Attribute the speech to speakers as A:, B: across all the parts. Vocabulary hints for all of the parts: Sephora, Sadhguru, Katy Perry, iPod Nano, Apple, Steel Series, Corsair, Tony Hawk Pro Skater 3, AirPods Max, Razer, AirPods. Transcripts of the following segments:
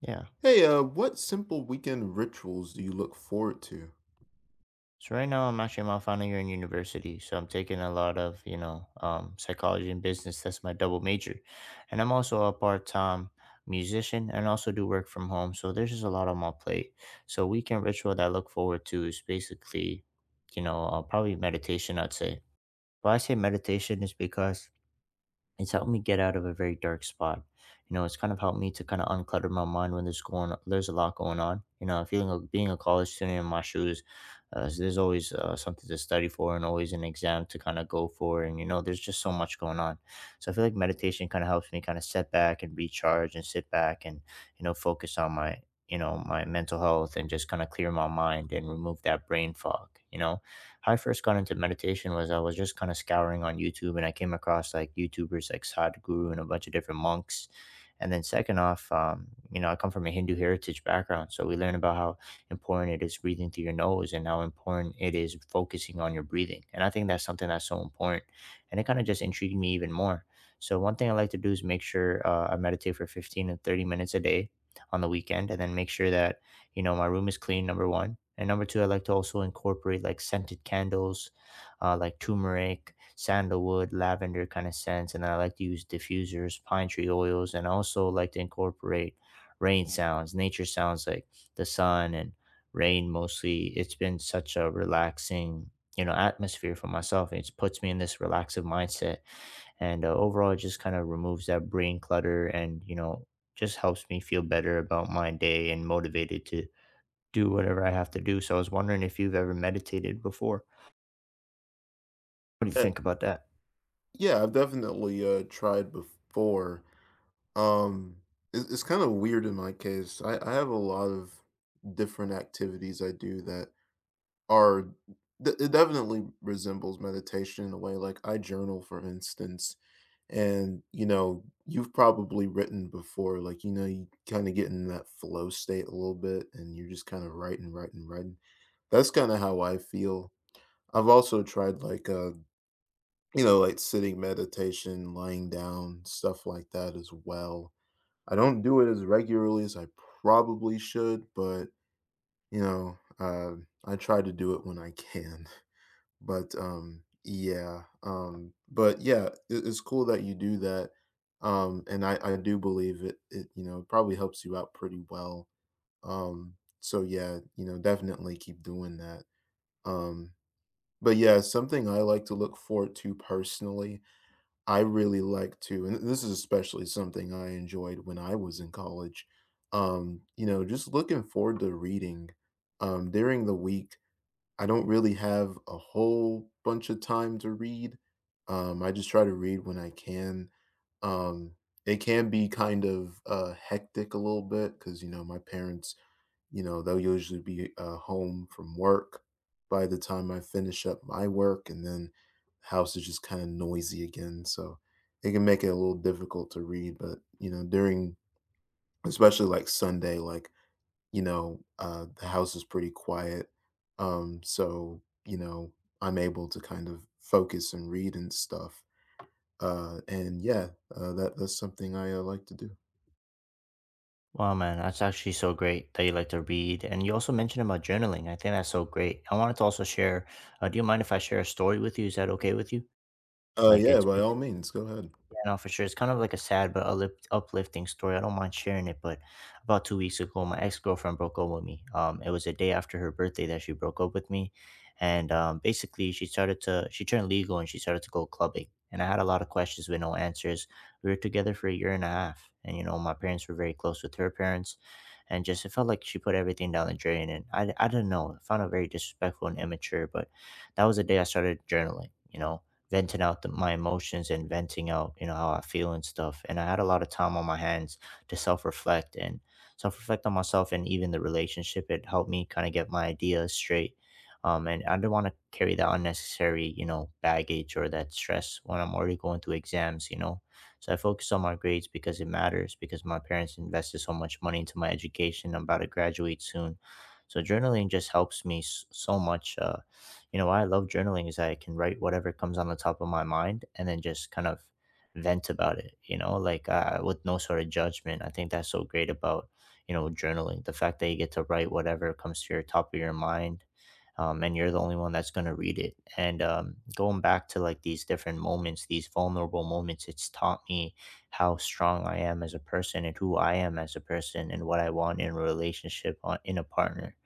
A: Yeah.
B: Hey, what simple weekend rituals do you look forward to?
A: So right now I'm actually my final year in university. So I'm taking a lot of, you know, psychology and business. That's my double major. And I'm also a part-time musician and also do work from home. So there's just a lot on my plate. So weekend ritual that I look forward to is basically, you know, probably meditation, I'd say. Why I say meditation is because it's helped me get out of a very dark spot. You know, it's kind of helped me to kind of unclutter my mind when there's a lot going on. You know, feeling like being a college student in my shoes, so there's always something to study for and always an exam to kind of go for, and you know, there's just so much going on. So I feel like meditation kind of helps me kind of set back and recharge and sit back and you know focus on my you know my mental health and just kind of clear my mind and remove that brain fog. You know how I first got into meditation was I was just kind of scouring on YouTube, and I came across like YouTubers like Sadhguru and a bunch of different monks. And then second off, you know, I come from a Hindu heritage background, so we learn about how important it is breathing through your nose and how important it is focusing on your breathing. And I think that's something that's so important. And it kind of just intrigued me even more. So one thing I like to do is make sure I meditate for 15 to 30 minutes a day on the weekend, and then make sure that you know my room is clean, number one, and number two, I like to also incorporate like scented candles, like turmeric, sandalwood, lavender kind of scents. And then I like to use diffusers, pine tree oils, and I also like to incorporate rain sounds, nature sounds like the sun and rain. Mostly it's been such a relaxing, you know, atmosphere for myself. It puts me in this relaxive mindset, and overall it just kind of removes that brain clutter, and you know just helps me feel better about my day and motivated to do whatever I have to do. So I was wondering if you've ever meditated before. What do you
B: Uh,
A: think about that?
B: yeah, I've definitely tried before. Um, it's kind of weird in my case. I have a lot of different activities I do that are it definitely resembles meditation in a way. Like I journal, for instance, and you know, you've probably written before. Like you know, you kind of get in that flow state a little bit, and you're just kind of writing, writing, writing. That's kind of how I feel I've also tried like you know, like sitting meditation, lying down, stuff like that as well. I don't do it as regularly as I probably should, but you know, uh, I try to do it when I can. But yeah, it's cool that you do that, and I do believe it. It you know probably helps you out pretty well. So yeah, you know, definitely keep doing that. Um, But yeah, something I like to look forward to personally, I really like to and this is especially something I enjoyed when I was in college, you know, just looking forward to reading, during the week, I don't really have a whole bunch of time to read, I just try to read when I can, um, it can be kind of, hectic a little bit because you know, my parents you know, they'll usually be home from work by the time I finish up my work, and then the house is just kind of noisy again. So it can make it a little difficult to read. But you know, during especially like Sunday, like the house is pretty quiet, so you know, I'm able to kind of focus and read and stuff. And yeah, that's something I like to do.
A: Wow, man, that's actually so great that you like to read. And you also mentioned about journaling. I think that's so great. I wanted to also share. Do you mind if I share a story with you? Is that okay with you? Like
B: Yeah,
A: it's
B: by all means, go ahead.
A: Yeah, no, for sure. It's kind of like a sad but uplifting story. I don't mind sharing it, but about 2 weeks ago, my ex girlfriend broke up with me. It was a day after her birthday that she broke up with me, and basically, she started to she turned legal and she started to go clubbing. And I had a lot of questions with no answers. We were together for 1 1/2 years, and you know, my parents were very close with her parents, and just it felt like she put everything down the drain. And I didn't know. I found it very disrespectful and immature. But that was the day I started journaling. You know, venting out my emotions and venting out you know how I feel and stuff. And I had a lot of time on my hands to self-reflect and self-reflect on myself and even the relationship. It helped me kind of get my ideas straight. And I didn't want to carry that unnecessary, you know, baggage or that stress when I'm already going through exams, you know. So I focused on my grades because it matters, because my parents invested so much money into my education. I'm about to graduate soon. So journaling just helps me so much. You know why I love journaling is I can write whatever comes on the top of my mind and then just kind of vent about it, you know, like with no sort of judgment. I think that's so great about, you know, journaling. The fact that you get to write whatever comes to your top of your mind, and you're the only one that's going to read it. And going back to like these different moments, these vulnerable moments, it's taught me how strong I am as a person and who I am as a person and what I want in a relationship, in a partner.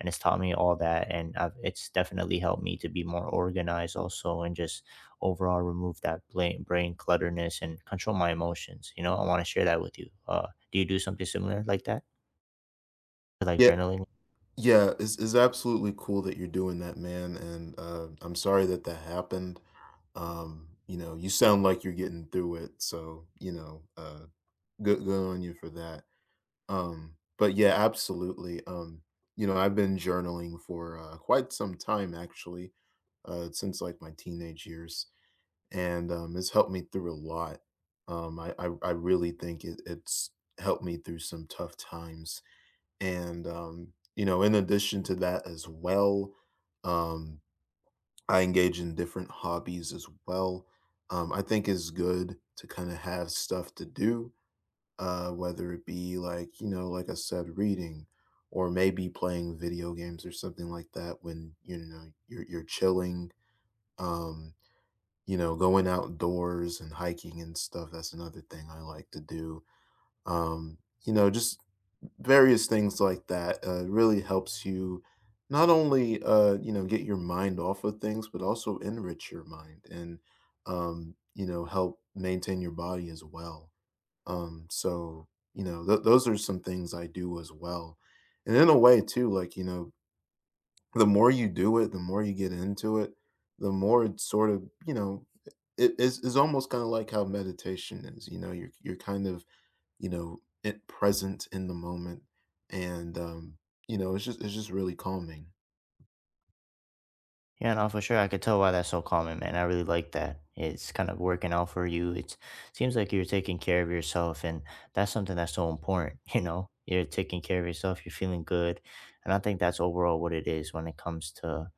A: And it's taught me all that, and I've, it's definitely helped me to be more organized also, and just overall remove that brain clutterness and control my emotions. You know I want to share that with you. Do you do something similar like that, like
B: Yeah,
A: journaling?
B: yeah, it's absolutely cool that you're doing that, man. And I'm sorry that that happened. You know, you sound like you're getting through it. So, good, good on you for that. But yeah, absolutely. You know, I've been journaling for quite some time, actually, since like my teenage years. And it's helped me through a lot. I really think it's helped me through some tough times and, you know, in addition to that as well, um, I engage in different hobbies as well. I think it's good to kind of have stuff to do, whether it be like, you know, like I said, reading or maybe playing video games or something like that when, you know, you're chilling, um, you know, going outdoors and hiking and stuff. That's another thing I like to do. Um, you know, just various things like that really helps you not only you know get your mind off of things, but also enrich your mind and you know help maintain your body as well. So you know those are some things I do as well, and in a way too, like you know the more you do it, the more you get into it, the more it's sort of you know it is almost kind of like how meditation is. You know, you're kind of you know, it present in the moment, and, you know, it's just really calming.
A: Yeah, no, for sure. I could tell why that's so common, man. I really like that. It's kind of working out for you. It seems like you're taking care of yourself, and that's something that's so important. You know, you're taking care of yourself, you're feeling good. And I think that's overall what it is when it comes to,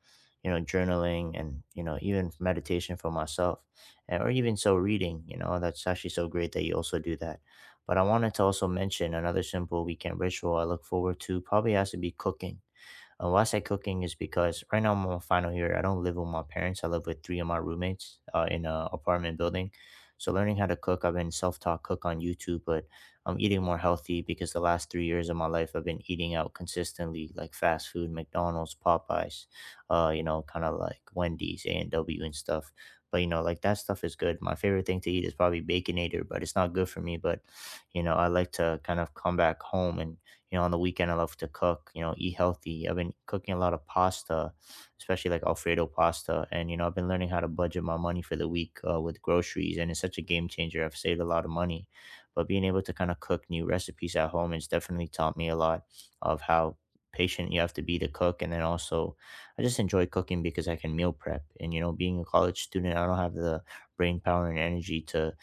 A: you know, journaling and, you know, even meditation for myself, and, or even so reading. You know, that's actually so great that you also do that. But I wanted to also mention another simple weekend ritual I look forward to probably has to be cooking. Why I say cooking is because right now I'm on my final year. I don't live with my parents. I live with three of my roommates in a apartment building. So learning how to cook, I've been self-taught cook on YouTube. But I'm eating more healthy because the last 3 years of my life I've been eating out consistently, like fast food, McDonald's, Popeyes, you know, kind of like Wendy's, A and W, and stuff. But you know, like that stuff is good. My favorite thing to eat is probably baconator, but it's not good for me. But you know, I like to kind of come back home, and you know, on the weekend, I love to cook, you know, eat healthy. I've been cooking a lot of pasta, especially like Alfredo pasta. And, you know, I've been learning how to budget my money for the week with groceries. And it's such a game changer. I've saved a lot of money. But being able to kind of cook new recipes at home has definitely taught me a lot of how patient you have to be to cook. And then also I just enjoy cooking because I can meal prep, and you know being a college student I don't have the brain power and energy to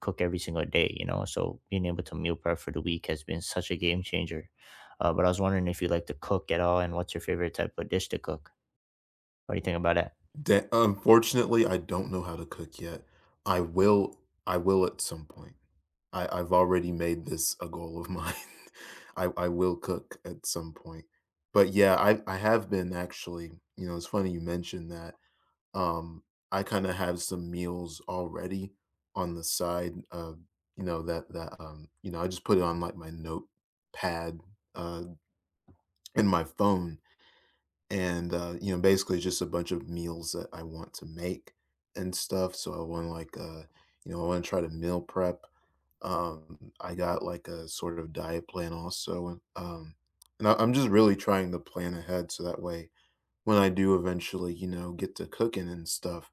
A: cook every single day, you know. So being able to meal prep for the week has been such a game changer. But I was wondering if you like to cook at all, and what's your favorite type of dish to cook? What do you think about it?
B: Da unfortunately, I don't know how to cook yet. I will at some point. I've already made this a goal of mine. I will cook at some point. But yeah, I have been actually, you know, it's funny you mentioned that. Um, I kinda have some meals already on the side, you know, that, you know, I just put it on, like, my notepad, uh, in my phone, and, you know, basically just a bunch of meals that I want to make and stuff, so I wanna, like, you know, I wanna try to meal prep. I got, like, a sort of diet plan also, and I'm just really trying to plan ahead so that way when I do eventually, you know, get to cooking and stuff,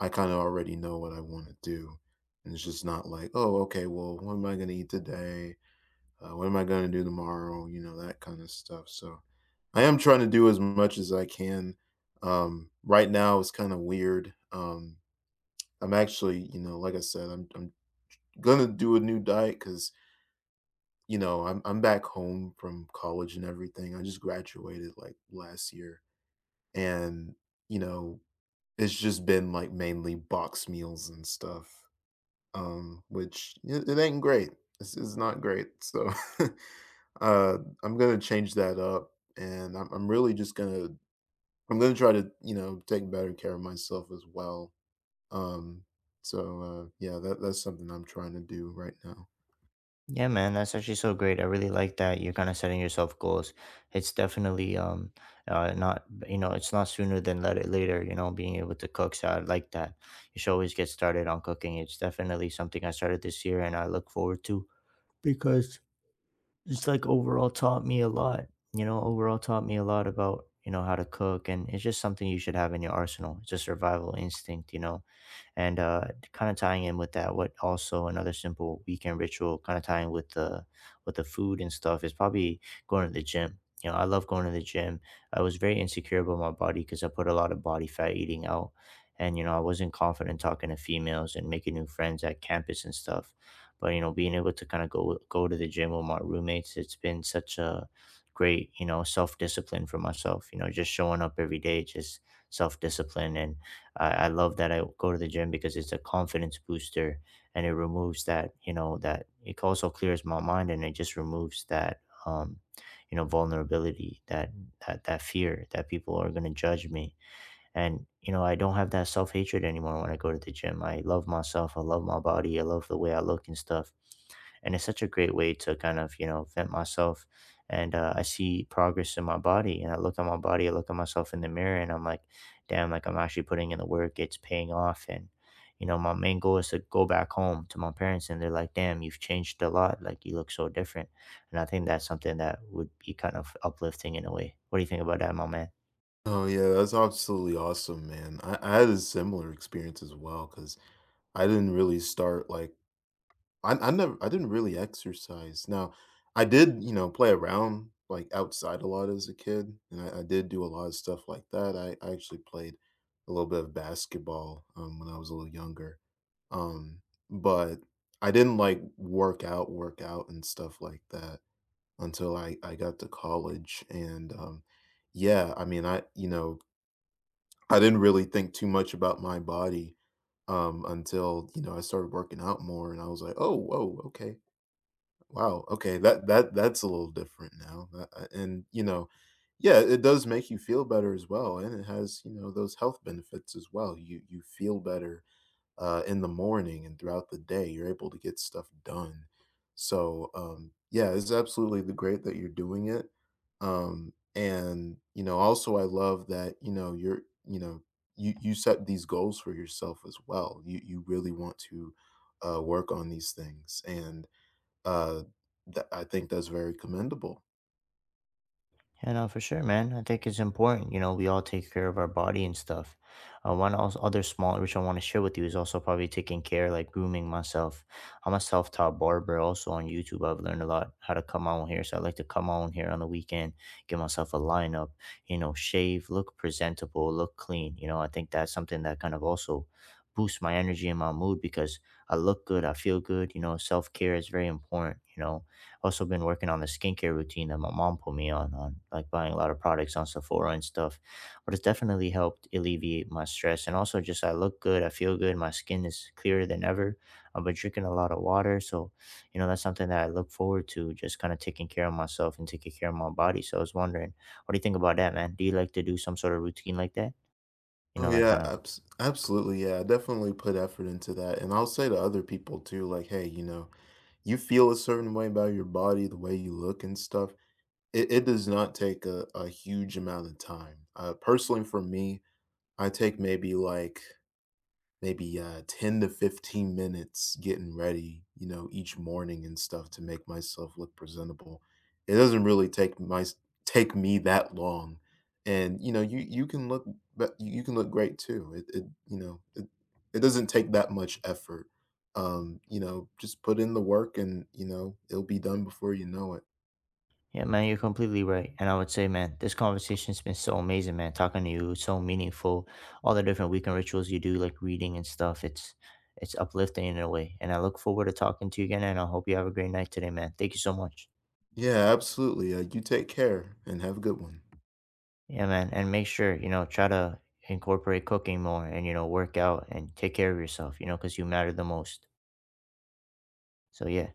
B: I kind of already know what I want to do. And it's just not like, oh, okay, well, what am I going to eat today? What am I going to do tomorrow? You know, that kind of stuff. So I am trying to do as much as I can. Right now, it's kind of weird. I'm actually, you know, like I said, I'm going to do a new diet because, you know, I'm back home from college and everything. I just graduated like last year. And, you know, it's just been like mainly box meals and stuff which it ain't great. It's not great. So uh, I'm gonna change that up, and I'm really just gonna I'm gonna try to you know take better care of myself as well. Um, so yeah, that's something I'm trying to do right now.
A: Yeah, man, that's actually so great. I really like that you're kind of setting yourself goals. It's definitely not, you know, it's not sooner than let it later. You know, being able to cook, so I like that. You should always get started on cooking. It's definitely something I started this year and I look forward to, because it's like overall taught me a lot. You know, overall taught me a lot about you know how to cook, and it's just something you should have in your arsenal. It's a survival instinct, you know. And kind of tying in with that, what also another simple weekend ritual, kind of tying with the food and stuff, is probably going to the gym. You know, I love going to the gym. I was very insecure about my body because I put a lot of body fat eating out, and you know, I wasn't confident talking to females and making new friends at campus and stuff. But you know, being able to kind of go to the gym with my roommates, it's been such a great, you know, self discipline for myself. You know, just showing up every day, just self discipline. And I love that I go to the gym because it's a confidence booster, and it removes that, you know, that it also clears my mind, and it just removes that you know, vulnerability, that fear that people are gonna judge me. And you know I don't have that self-hatred anymore. When I go to the gym, I love myself, I love my body, I love the way I look and stuff. And it's such a great way to kind of, you know, vent myself. And I see progress in my body, and I look at my body, I look at myself in the mirror and I'm like, damn, like I'm actually putting in the work, it's paying off. And you know my main goal is to go back home to my parents, and they're like, damn, you've changed a lot, like you look so different. And I think that's something that would be kind of uplifting in a way. What do you think about that, my man?
B: Oh yeah, that's absolutely awesome, man. I had a similar experience as well because I didn't really start like I didn't really exercise. Now, I did, you know, play around like outside a lot as a kid, and I did do a lot of stuff like that. I actually played a little bit of basketball when I was a little younger, um, but I didn't like work out and stuff like that until I got to college. And yeah, I mean, I you know I didn't really think too much about my body until you know I started working out more, and I was like, oh, whoa, okay. Wow, okay, that's a little different now, that and, you know, yeah, it does make you feel better as well, and it has, you know, those health benefits as well. You feel better, in the morning and throughout the day, you're able to get stuff done. So, yeah, it's absolutely the great that you're doing it, and, you know, also I love that, you know, you know, you set these goals for yourself as well. You really want to, work on these things and uh, that I think that's very commendable.
A: Yeah, no, for sure, man. I think it's important. You know, we all take care of our body and stuff. One also, other small which I want to share with you is also probably taking care, like grooming myself. I'm a self-taught barber. Also on YouTube, I've learned a lot how to come on here. So I like to come on here on the weekend, give myself a lineup. You know, shave, look presentable, look clean. You know, I think that's something that kind of also boosts my energy and my mood because I look good, I feel good. You know, self-care is very important. You know, also been working on the skincare routine that my mom put me on like buying a lot of products on Sephora and stuff. But it's definitely helped alleviate my stress. And also, just I look good, I feel good, my skin is clearer than ever. I've been drinking a lot of water. So, you know, that's something that I look forward to, just kind of taking care of myself and taking care of my body. So, I was wondering, what do you think about that, man? Do you like to do some sort of routine like that? You
B: Oh
A: know, like
B: yeah,
A: kind of
B: absolutely, yeah, I definitely put effort into that, and I'll say to other people too, like, "Hey, you know, you feel a certain way about your body, the way you look and stuff, it does not take a huge amount of time." Personally for me, I take maybe, like maybe 10 to 15 minutes getting ready, you know, each morning and stuff to make myself look presentable. It doesn't really take me that long. And you know, you can look but you can look great too. It you know, it doesn't take that much effort. You know, just put in the work and, you know, it'll be done before you know it.
A: Yeah, man, you're completely right. And I would say, man, this conversation's been so amazing, man. Talking to you, it's so meaningful. All the different weekend rituals you do, like reading and stuff. It's uplifting in a way. And I look forward to talking to you again. And I hope you have a great night today, man. Thank you so much.
B: Yeah, absolutely. You take care and have a good one.
A: Yeah, man. And make sure, you know, try to incorporate cooking more and, you know, work out and take care of yourself, you know, because you matter the most. So, yeah.